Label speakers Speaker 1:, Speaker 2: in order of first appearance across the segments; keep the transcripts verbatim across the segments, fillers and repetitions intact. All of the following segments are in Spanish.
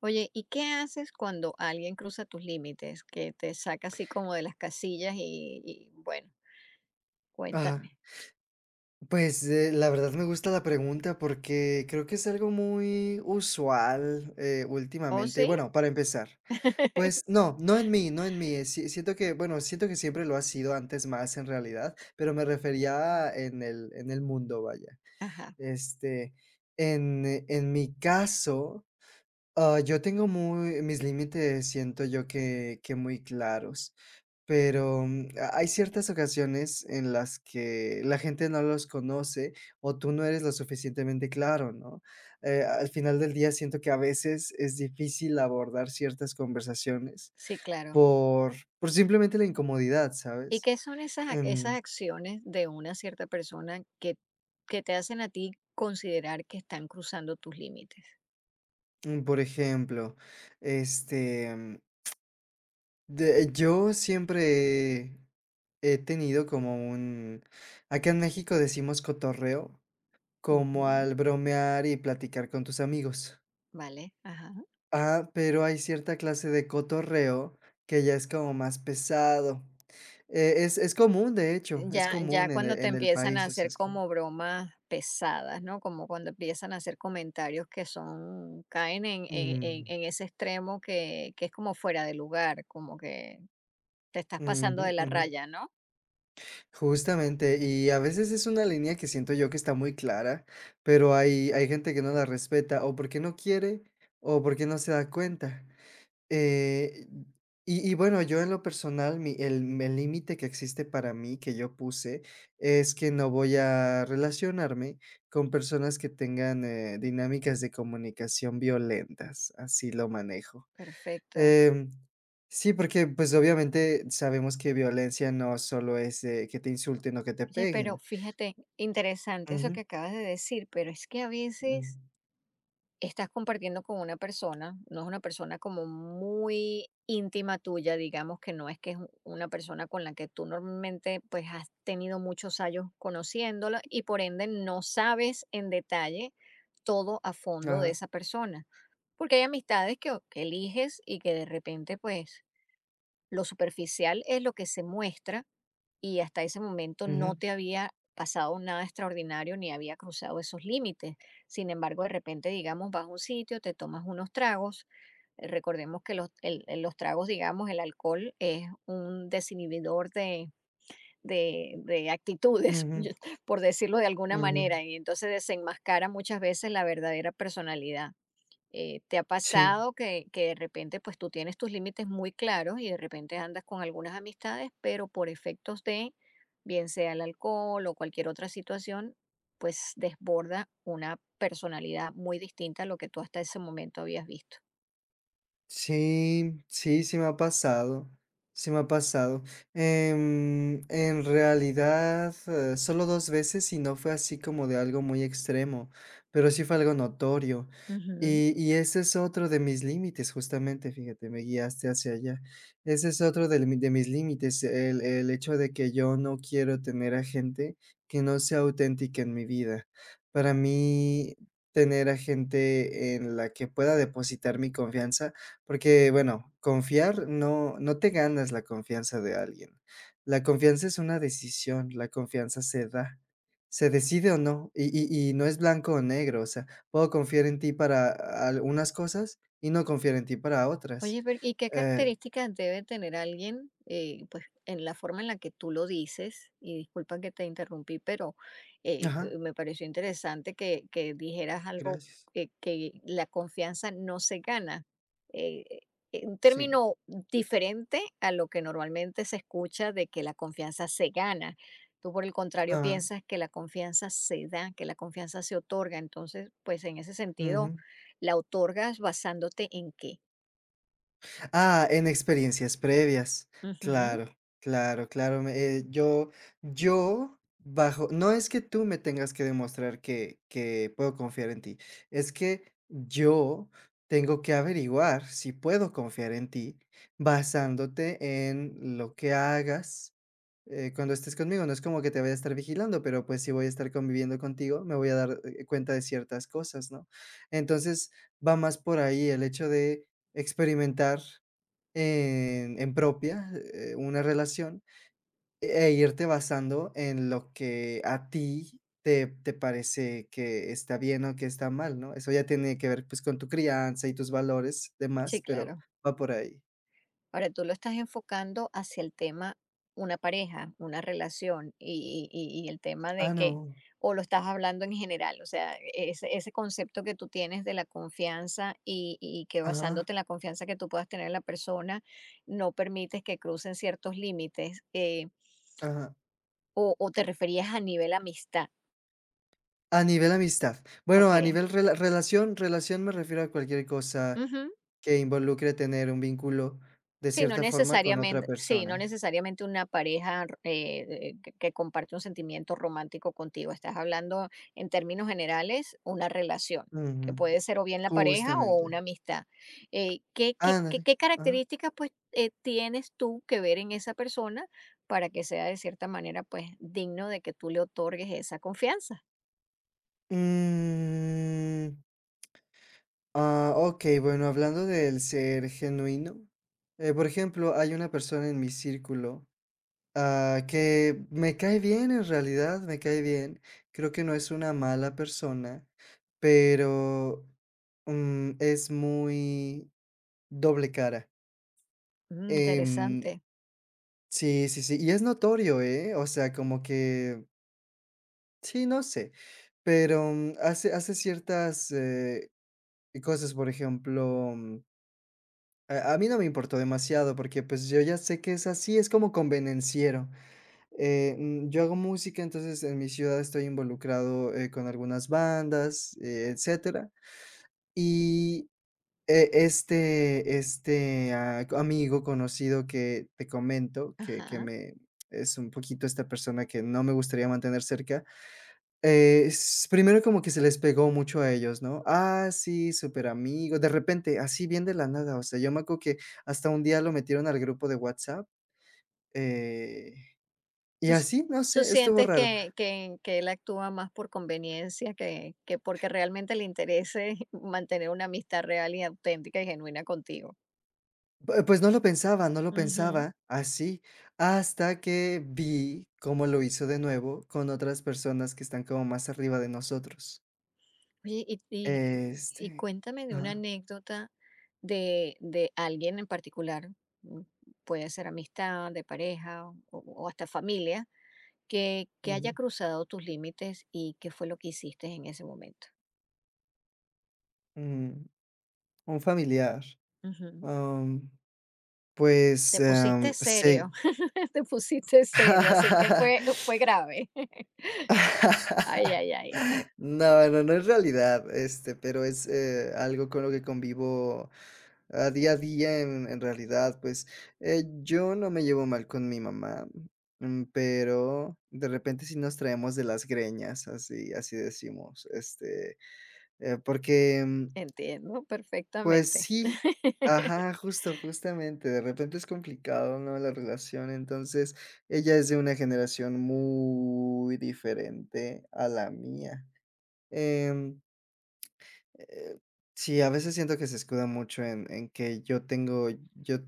Speaker 1: Oye, ¿y qué haces cuando alguien cruza tus límites, que te saca así como de las casillas y, y, bueno,
Speaker 2: Ajá.
Speaker 1: cuéntame.
Speaker 2: Pues, eh, la verdad me gusta la pregunta porque creo que es algo muy usual, eh,
Speaker 1: ¿Oh,
Speaker 2: últimamente.
Speaker 1: sí?
Speaker 2: Bueno, para empezar, pues no, no en mí, no en mí, eh, si siento que, bueno, siento que siempre lo ha sido antes más en realidad, pero me refería
Speaker 1: Mm.
Speaker 2: en el en el mundo, vaya.
Speaker 1: Ajá,
Speaker 2: Este, en en mi caso, ah, yo tengo muy mis límites, siento yo que que muy claros, pero, mm, ha hay ciertas ocasiones en las que la gente no los conoce, o tú no eres lo suficientemente claro, ¿no? Eh, al final del día siento que a veces es difícil abordar ciertas conversaciones
Speaker 1: sí, claro.
Speaker 2: por por simplemente la incomodidad,
Speaker 1: ¿Y
Speaker 2: ¿sabes?
Speaker 1: qué son esas, ac- esas
Speaker 2: Em,
Speaker 1: acciones de una cierta persona que, que te hacen a ti considerar que están cruzando tus límites?
Speaker 2: mm, por ejemplo, este, mm, de yo siempre he tenido como un acá en México decimos cotorreo, como al
Speaker 1: Ujú,
Speaker 2: bromear y platicar con tus amigos.
Speaker 1: vale, ajá.
Speaker 2: Ah, pero hay cierta clase de cotorreo que ya es como más pesado. Eh, es es común, de hecho, es
Speaker 1: Ya, ya
Speaker 2: común en
Speaker 1: cuando
Speaker 2: el
Speaker 1: te
Speaker 2: en el
Speaker 1: empiezan a
Speaker 2: país, o sea,
Speaker 1: hacer
Speaker 2: es como.
Speaker 1: como bromas pesadas, ¿no? Como cuando empiezan a hacer comentarios que son, caen en, en- en-
Speaker 2: Ujú,
Speaker 1: en ese extremo que, que es como fuera de lugar, como que te estás pasando
Speaker 2: ujú,
Speaker 1: de la
Speaker 2: ujú.
Speaker 1: raya, ¿no?
Speaker 2: Justamente, y a veces es una línea que siento yo que está muy clara, pero hay hay gente que no la respeta, o porque no quiere, o porque no se da cuenta. Eh, y y bueno, yo en lo personal, mi el el límite que existe para mí, que yo puse, es que no voy a relacionarme con personas que tengan, eh, dinámicas de comunicación violentas, así lo manejo.
Speaker 1: Perfecto.
Speaker 2: Em, sí, porque, pues, obviamente sabemos que violencia no solo es, eh, que te insulten o que te
Speaker 1: Oye, pero
Speaker 2: peguen.
Speaker 1: fíjate, interesante eso
Speaker 2: Ujú,
Speaker 1: que acabas de decir, pero es que a
Speaker 2: mm,
Speaker 1: veces estás compartiendo con una persona, no es una persona como muy íntima tuya, digamos que no es que es u- una persona con la que tú normalmente pues has tenido muchos años conociéndola y por ende no sabes en detalle todo a fondo de
Speaker 2: ajá,
Speaker 1: esa persona. Porque hay amistades que, que eliges y que de repente pues lo superficial es lo que se muestra y hasta ese momento no
Speaker 2: ujú,
Speaker 1: te había pasado nada extraordinario ni había cruzado esos límites. Sin embargo, de repente, digamos, vas a un sitio, te tomas unos tragos. eh, Recordemos que los, el- el- los tragos, digamos, el alcohol es un desinhibidor de, de- de actitudes,
Speaker 2: ujú,
Speaker 1: yo- por decirlo de alguna
Speaker 2: ujú,
Speaker 1: manera, y entonces desenmascara muchas veces la verdadera personalidad. Eh, ¿te ha
Speaker 2: sí.
Speaker 1: pasado que, que de repente pues tú tienes tus límites muy claros y de repente andas con algunas amistades, pero por efectos de, bien sea el alcohol o cualquier otra situación, pues desborda una personalidad muy distinta a lo que tú hasta ese momento habías visto?
Speaker 2: Sí, sí, sí me ha pasado, sí me ha pasado. Em, en realidad, eh, solo dos veces y no fue así como de algo muy extremo, pero sí fue algo notorio.
Speaker 1: Ujú.
Speaker 2: Y, y ese es otro de mis límites, justamente, fíjate, me guiaste hacia allá. Ese es otro de, de mis límites, el, el hecho de que yo no quiero tener a gente que no sea auténtica en mi vida. Para mí, tener a gente en la que pueda depositar mi confianza porque, bueno, confiar no no te ganas la confianza de alguien. La confianza es una decisión, la confianza se da, se decide o no, y y y no es blanco o negro, o sea, puedo confiar en ti para algunas cosas y no confiar en ti para otras.
Speaker 1: Oye, pero ¿y qué
Speaker 2: Eh
Speaker 1: características debe tener alguien, eh, pues, en la forma en la que tú lo dices? Y disculpa que te interrumpí, pero eh,
Speaker 2: ajá,
Speaker 1: eh, me pareció interesante que, que dijeras algo
Speaker 2: gracias.
Speaker 1: que, que la confianza no se gana. Eh, eh, un
Speaker 2: Sí,
Speaker 1: término diferente a lo que normalmente se escucha de que la confianza se gana. Tú, por el contrario,
Speaker 2: ajá,
Speaker 1: piensas que la confianza se da, que la confianza se otorga. Entonces, pues, en ese sentido,
Speaker 2: ujú.
Speaker 1: ¿la otorgas basándote en qué?
Speaker 2: Ah, en experiencias previas.
Speaker 1: Ujú,
Speaker 2: Claro, claro, claro. me- eh, yo, yo bajo, no es que tú me tengas que demostrar que, que puedo confiar en ti, es que yo tengo que averiguar si puedo confiar en ti basándote en lo que hagas. eh, cuando estés conmigo, no es como que te voy a estar vigilando, pero pues si voy a estar conviviendo contigo, me voy a dar eh, cuenta de ciertas cosas, ¿no? Entonces va más por ahí el hecho de experimentar en en propia, eh, una relación, e e irte basando en lo que a ti te te parece que está bien o que está mal, ¿no? Eso ya tiene que ver, pues, con tu crianza y tus valores,
Speaker 1: sí,
Speaker 2: demás, pero
Speaker 1: claro.
Speaker 2: va por ahí.
Speaker 1: Ahora tú lo estás enfocando hacia el tema una pareja, una relación y, y- y el tema de
Speaker 2: Ah,
Speaker 1: que,
Speaker 2: no.
Speaker 1: o lo estás hablando en general, o sea, ese, ese concepto que tú tienes de la confianza y, y que
Speaker 2: Ajá,
Speaker 1: basándote en la confianza que tú puedas tener en la persona, no permites que crucen ciertos límites, eh,
Speaker 2: ajá.
Speaker 1: o, o te referías a nivel amistad,
Speaker 2: A nivel amistad. Bueno, a
Speaker 1: ¿ok?
Speaker 2: nivel rela relación relación me refiero a cualquier cosa
Speaker 1: Ujú.
Speaker 2: que involucre tener un vínculo de
Speaker 1: Sí, no
Speaker 2: cierta forma con
Speaker 1: necesariamente
Speaker 2: otra
Speaker 1: sí, no
Speaker 2: persona.
Speaker 1: necesariamente una pareja eh, eh, que que comparte un sentimiento romántico contigo. Estás hablando, en términos generales, una relación, que
Speaker 2: Ujú.
Speaker 1: puede ser o bien la pareja o
Speaker 2: Justamente.
Speaker 1: una amistad. Eh, ¿qué qué qué
Speaker 2: Ándale.
Speaker 1: qué
Speaker 2: Ajá.
Speaker 1: características, pues, eh, tienes tú que ver en esa persona para que sea, de cierta manera, pues, digno de que tú le otorgues esa confianza?
Speaker 2: Mm, ah, ok, bueno, hablando del ser genuino, eh, por ejemplo, hay una persona en mi círculo, ah, que me cae bien en realidad, me cae bien. Creo que no es una mala persona, pero mm, es muy doble cara.
Speaker 1: Mm,
Speaker 2: Em,
Speaker 1: interesante.
Speaker 2: sí, sí, sí, y es notorio, ¿eh? O sea, como que, sí, no sé, pero mm, hace, hace ciertas eh, cosas, por ejemplo. A a mí no me importó demasiado porque, pues, yo ya sé que es así, es como convenenciero. Eh, mm, yo hago música, entonces en mi ciudad estoy involucrado, eh, con algunas bandas, eh, etcétera. Y, eh, este este, ah, co- amigo conocido que te comento, que que
Speaker 1: Ajá.
Speaker 2: me es un poquito esta persona que no me gustaría mantener cerca, eh, s primero como que se les pegó mucho a ellos, ¿no? Ah, sí, súper amigo. De repente, así bien de la nada, o sea, yo me acuerdo que hasta un día lo metieron al grupo de WhatsApp, eh,
Speaker 1: ¿Tú
Speaker 2: y
Speaker 1: s
Speaker 2: así, no
Speaker 1: Tú
Speaker 2: sé, estuvo
Speaker 1: sientes
Speaker 2: raro.
Speaker 1: que que que él actúa más por conveniencia que que porque realmente le interese mantener una amistad real y auténtica y genuina contigo?
Speaker 2: P eh, Pues no lo pensaba, no lo
Speaker 1: Ujú.
Speaker 2: pensaba así, hasta que vi cómo lo hizo de nuevo con otras personas que están como más arriba de nosotros.
Speaker 1: Oye, y y y
Speaker 2: Este
Speaker 1: cuéntame de una
Speaker 2: ajá,
Speaker 1: anécdota de de alguien en particular, mm, puede ser amistad, de pareja o o hasta familia, que que haya
Speaker 2: ujú,
Speaker 1: cruzado tus límites, ¿y qué fue lo que hiciste en ese momento?
Speaker 2: mm, un familiar, am, pues,
Speaker 1: Te pusiste
Speaker 2: am, se
Speaker 1: serio, te pusiste serio, así que fue fue grave. Ay, ay, ay,
Speaker 2: No, no, no es realidad, este, pero es, eh, algo con lo que convivo, a día a día en en realidad, pues, eh, yo no me llevo mal con mi mamá, mm, pero de repente sí nos traemos de las greñas, así así decimos, este, eh, porque mm,
Speaker 1: entiendo
Speaker 2: pues
Speaker 1: perfectamente.
Speaker 2: sí, ajá, justo, justamente, de repente es complicado, ¿no?, la relación, entonces, ella es de una generación muy diferente a la mía, em, eh, sí, a veces siento que se escuda mucho en en que yo tengo yo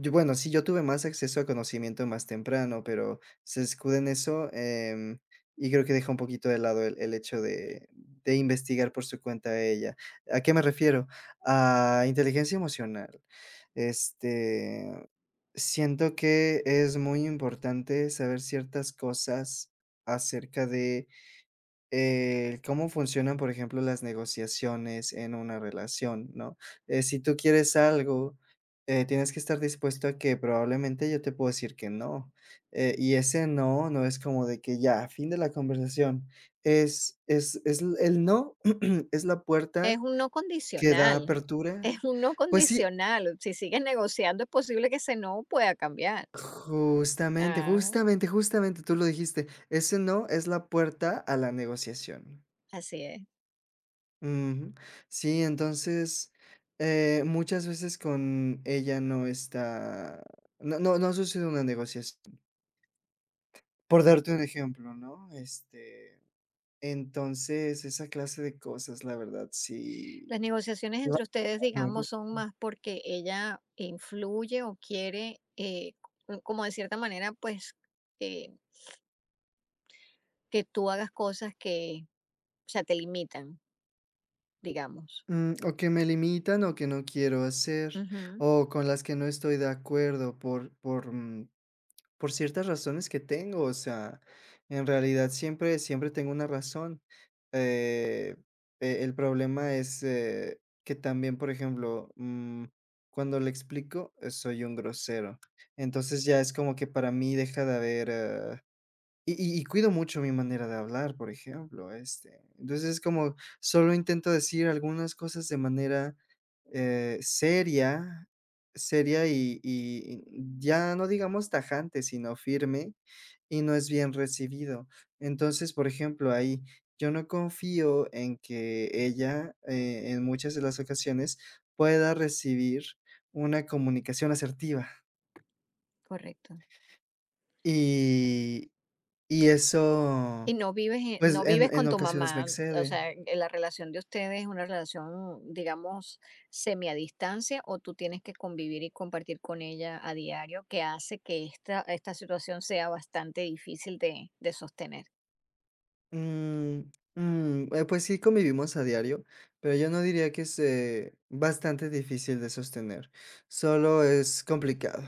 Speaker 2: yo, bueno, sí, yo tuve más acceso a conocimiento más temprano, pero se escuda en eso, em, y creo que deja un poquito de lado el el hecho de de investigar por su cuenta ella, ¿a qué me refiero? A inteligencia emocional, este, siento que es muy importante saber ciertas cosas acerca de eh, cómo funcionan, por ejemplo, las negociaciones en una relación, ¿no? Eh, si tú quieres algo, eh, tienes que estar dispuesto a que probablemente yo te puedo decir que no. Eh, y ese no, no es como de que ya, fin de la conversación. Es, es, es l- el no, es la puerta
Speaker 1: Es un no
Speaker 2: que da
Speaker 1: condicional,
Speaker 2: apertura.
Speaker 1: es un no
Speaker 2: Pues sí,
Speaker 1: condicional. Si sigues negociando, es posible que ese no pueda cambiar.
Speaker 2: justamente,
Speaker 1: Ah,
Speaker 2: justamente, justamente, tú lo dijiste. Ese no es la puerta a la negociación.
Speaker 1: así es.
Speaker 2: Ujú. Sí, entonces, eh, muchas veces con ella no está no no no ha sucedido una negociación. Por darte un ejemplo, ¿no? Este, entonces, esa clase de cosas, la verdad, sí
Speaker 1: Las negociaciones
Speaker 2: sí va
Speaker 1: entre ustedes,
Speaker 2: bajando un poco.
Speaker 1: digamos, son más porque ella influye o quiere, eh, co como de cierta manera, pues, eh, que tú hagas cosas que, o sea, te limitan, digamos.
Speaker 2: Mm, o que me limitan, o que no quiero hacer,
Speaker 1: Ujú,
Speaker 2: o con las que no estoy de acuerdo por por, mm, por ciertas razones que tengo, o sea, en realidad siempre siempre tengo una razón. Eh, e el problema es, eh, que también, por ejemplo, mm, cuando le explico, eh, soy un grosero. Entonces, ya es como que para mí deja de haber, ah y y y cuido mucho mi manera de hablar, por ejemplo, este, entonces, es como solo intento decir algunas cosas de manera, eh, seria seria y y ya no digamos tajante, sino firme, y no es bien recibido. Entonces, por ejemplo, ahí, yo no confío en que ella, eh, en muchas de las ocasiones, pueda recibir una comunicación asertiva,
Speaker 1: correcto.
Speaker 2: y y
Speaker 1: Y
Speaker 2: eso.
Speaker 1: no vives en
Speaker 2: Pues,
Speaker 1: no
Speaker 2: en
Speaker 1: vives con
Speaker 2: en
Speaker 1: tu
Speaker 2: ocasiones me
Speaker 1: mamá, o
Speaker 2: excede.
Speaker 1: sea, eh, la relación de ustedes es una relación, digamos, semi a distancia o tú tienes que convivir y compartir con ella a diario, que hace que esta esta situación sea bastante difícil de de sostener.
Speaker 2: Mm, mm, eh, pues sí convivimos a diario, pero yo no diría que es, eh, bastante difícil de sostener, solo es complicado.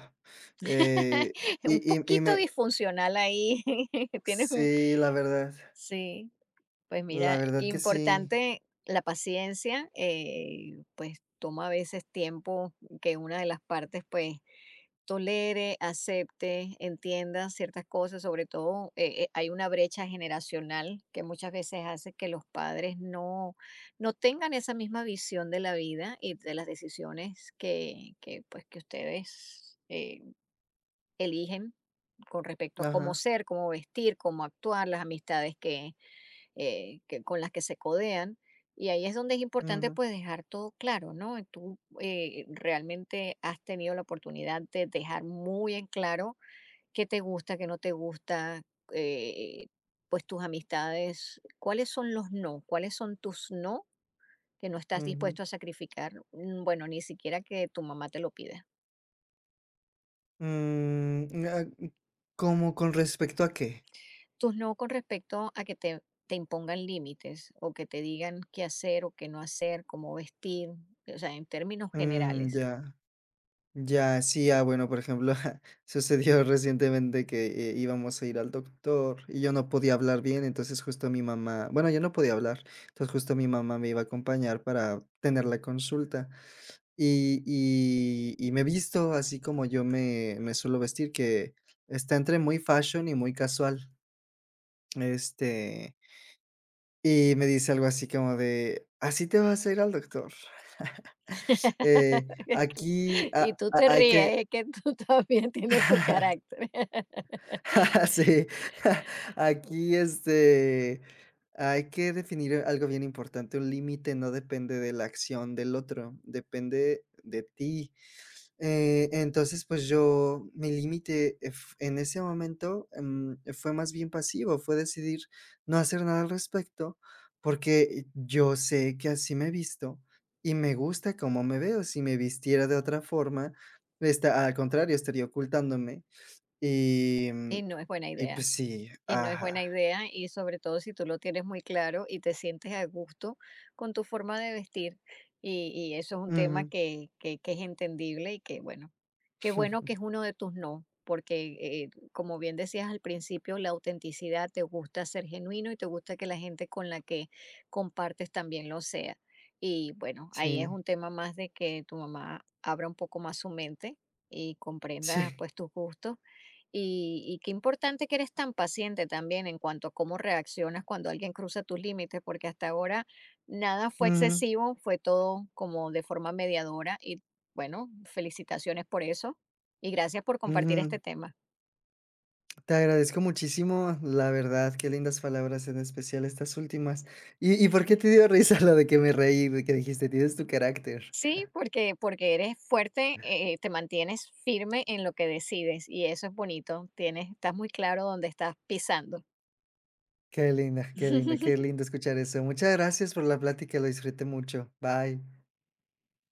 Speaker 2: Eh,
Speaker 1: Un
Speaker 2: y y y
Speaker 1: poquito
Speaker 2: me
Speaker 1: disfuncional ahí, tienes un
Speaker 2: Sí, la verdad,
Speaker 1: sí, pues
Speaker 2: la
Speaker 1: mira,
Speaker 2: verdad que sí.
Speaker 1: importante la paciencia, eh, pues toma a veces tiempo que una de las partes, pues, tolere, acepte, entienda ciertas cosas, sobre todo eh, eh, hay una brecha generacional que muchas veces hace que los padres no, no tengan esa misma visión de la vida y de las decisiones que, que, pues, que ustedes eh, eligen con respecto a cómo
Speaker 2: Ajá.
Speaker 1: ser, cómo vestir, cómo actuar, las amistades que, eh, que, con las que se codean. Y ahí es donde es importante
Speaker 2: Ujú,
Speaker 1: pues dejar todo claro, ¿no? Tú eh, realmente has tenido la oportunidad de dejar muy en claro qué te gusta, qué no te gusta, eh, pues tus amistades, cuáles son los no, cuáles son tus no que no estás
Speaker 2: ujú.
Speaker 1: dispuesto a sacrificar, mm, bueno, ni siquiera que tu mamá te lo pida.
Speaker 2: Mm, ah, ¿cómo con respecto a qué?
Speaker 1: Tus no con respecto a que te, te impongan límites o que te digan qué hacer o qué no hacer, cómo vestir, o sea, en términos
Speaker 2: Mm,
Speaker 1: generales.
Speaker 2: ya. Ya, sí, ah, bueno, por ejemplo, sucedió recientemente que, eh, íbamos a ir al doctor y yo no podía hablar bien, entonces justo mi mamá, bueno, yo no podía hablar, entonces justo mi mamá me iba a acompañar para tener la consulta y y y me he visto así como yo me me suelo vestir, que está entre muy fashion y muy casual, este, y me dice algo así como de: "¿Así te vas a ir al doctor? Eh, aquí
Speaker 1: Y
Speaker 2: ah
Speaker 1: tú te
Speaker 2: ha hay
Speaker 1: ríes,
Speaker 2: que"
Speaker 1: es que tú también tienes tu carácter.
Speaker 2: Sí, aquí, este, hay que definir algo bien importante, un límite no depende de la acción del otro, depende de ti. Eh, entonces, pues yo, mi límite eh, f- en ese momento, mm, fue más bien pasivo, fue decidir no hacer nada al respecto, porque yo sé que así me he visto y me gusta cómo me veo. Si me vistiera de otra forma, está, al contrario, estaría ocultándome y, mm,
Speaker 1: Y no es buena
Speaker 2: y
Speaker 1: idea.
Speaker 2: pues sí,
Speaker 1: Y no es buena
Speaker 2: ajá.
Speaker 1: idea, y sobre todo si tú lo tienes muy claro y te sientes a gusto con tu forma de vestir. Y, y eso es un tema
Speaker 2: Ujú.
Speaker 1: que, que, que es entendible y que, bueno, qué bueno que es uno de tus no, porque eh, como bien decías al principio, la autenticidad te gusta ser genuino y te gusta que la gente con la que compartes también lo sea. Y bueno, ahí es
Speaker 2: Sí,
Speaker 1: un tema más de que tu mamá abra un poco más su mente y comprenda
Speaker 2: sí.
Speaker 1: pues tus gustos y, y qué importante que eres tan paciente también en cuanto a cómo reaccionas cuando alguien cruza tus límites, porque hasta ahora nada fue
Speaker 2: Ujú,
Speaker 1: excesivo, fue todo como de forma mediadora y bueno, felicitaciones por eso y gracias por compartir este
Speaker 2: ujú.
Speaker 1: tema.
Speaker 2: Te agradezco muchísimo, la verdad, qué lindas palabras, en especial estas últimas. ¿Y y por qué te dio risa lo de que me reí, de que dijiste: "Tienes tu carácter"?
Speaker 1: Sí, porque, porque eres fuerte, eh, te mantienes firme en lo que decides y eso es bonito, tienes, estás muy claro dónde estás pisando.
Speaker 2: Qué linda, qué linda, qué lindo escuchar eso. Muchas gracias por la plática, lo disfruté mucho. Bye.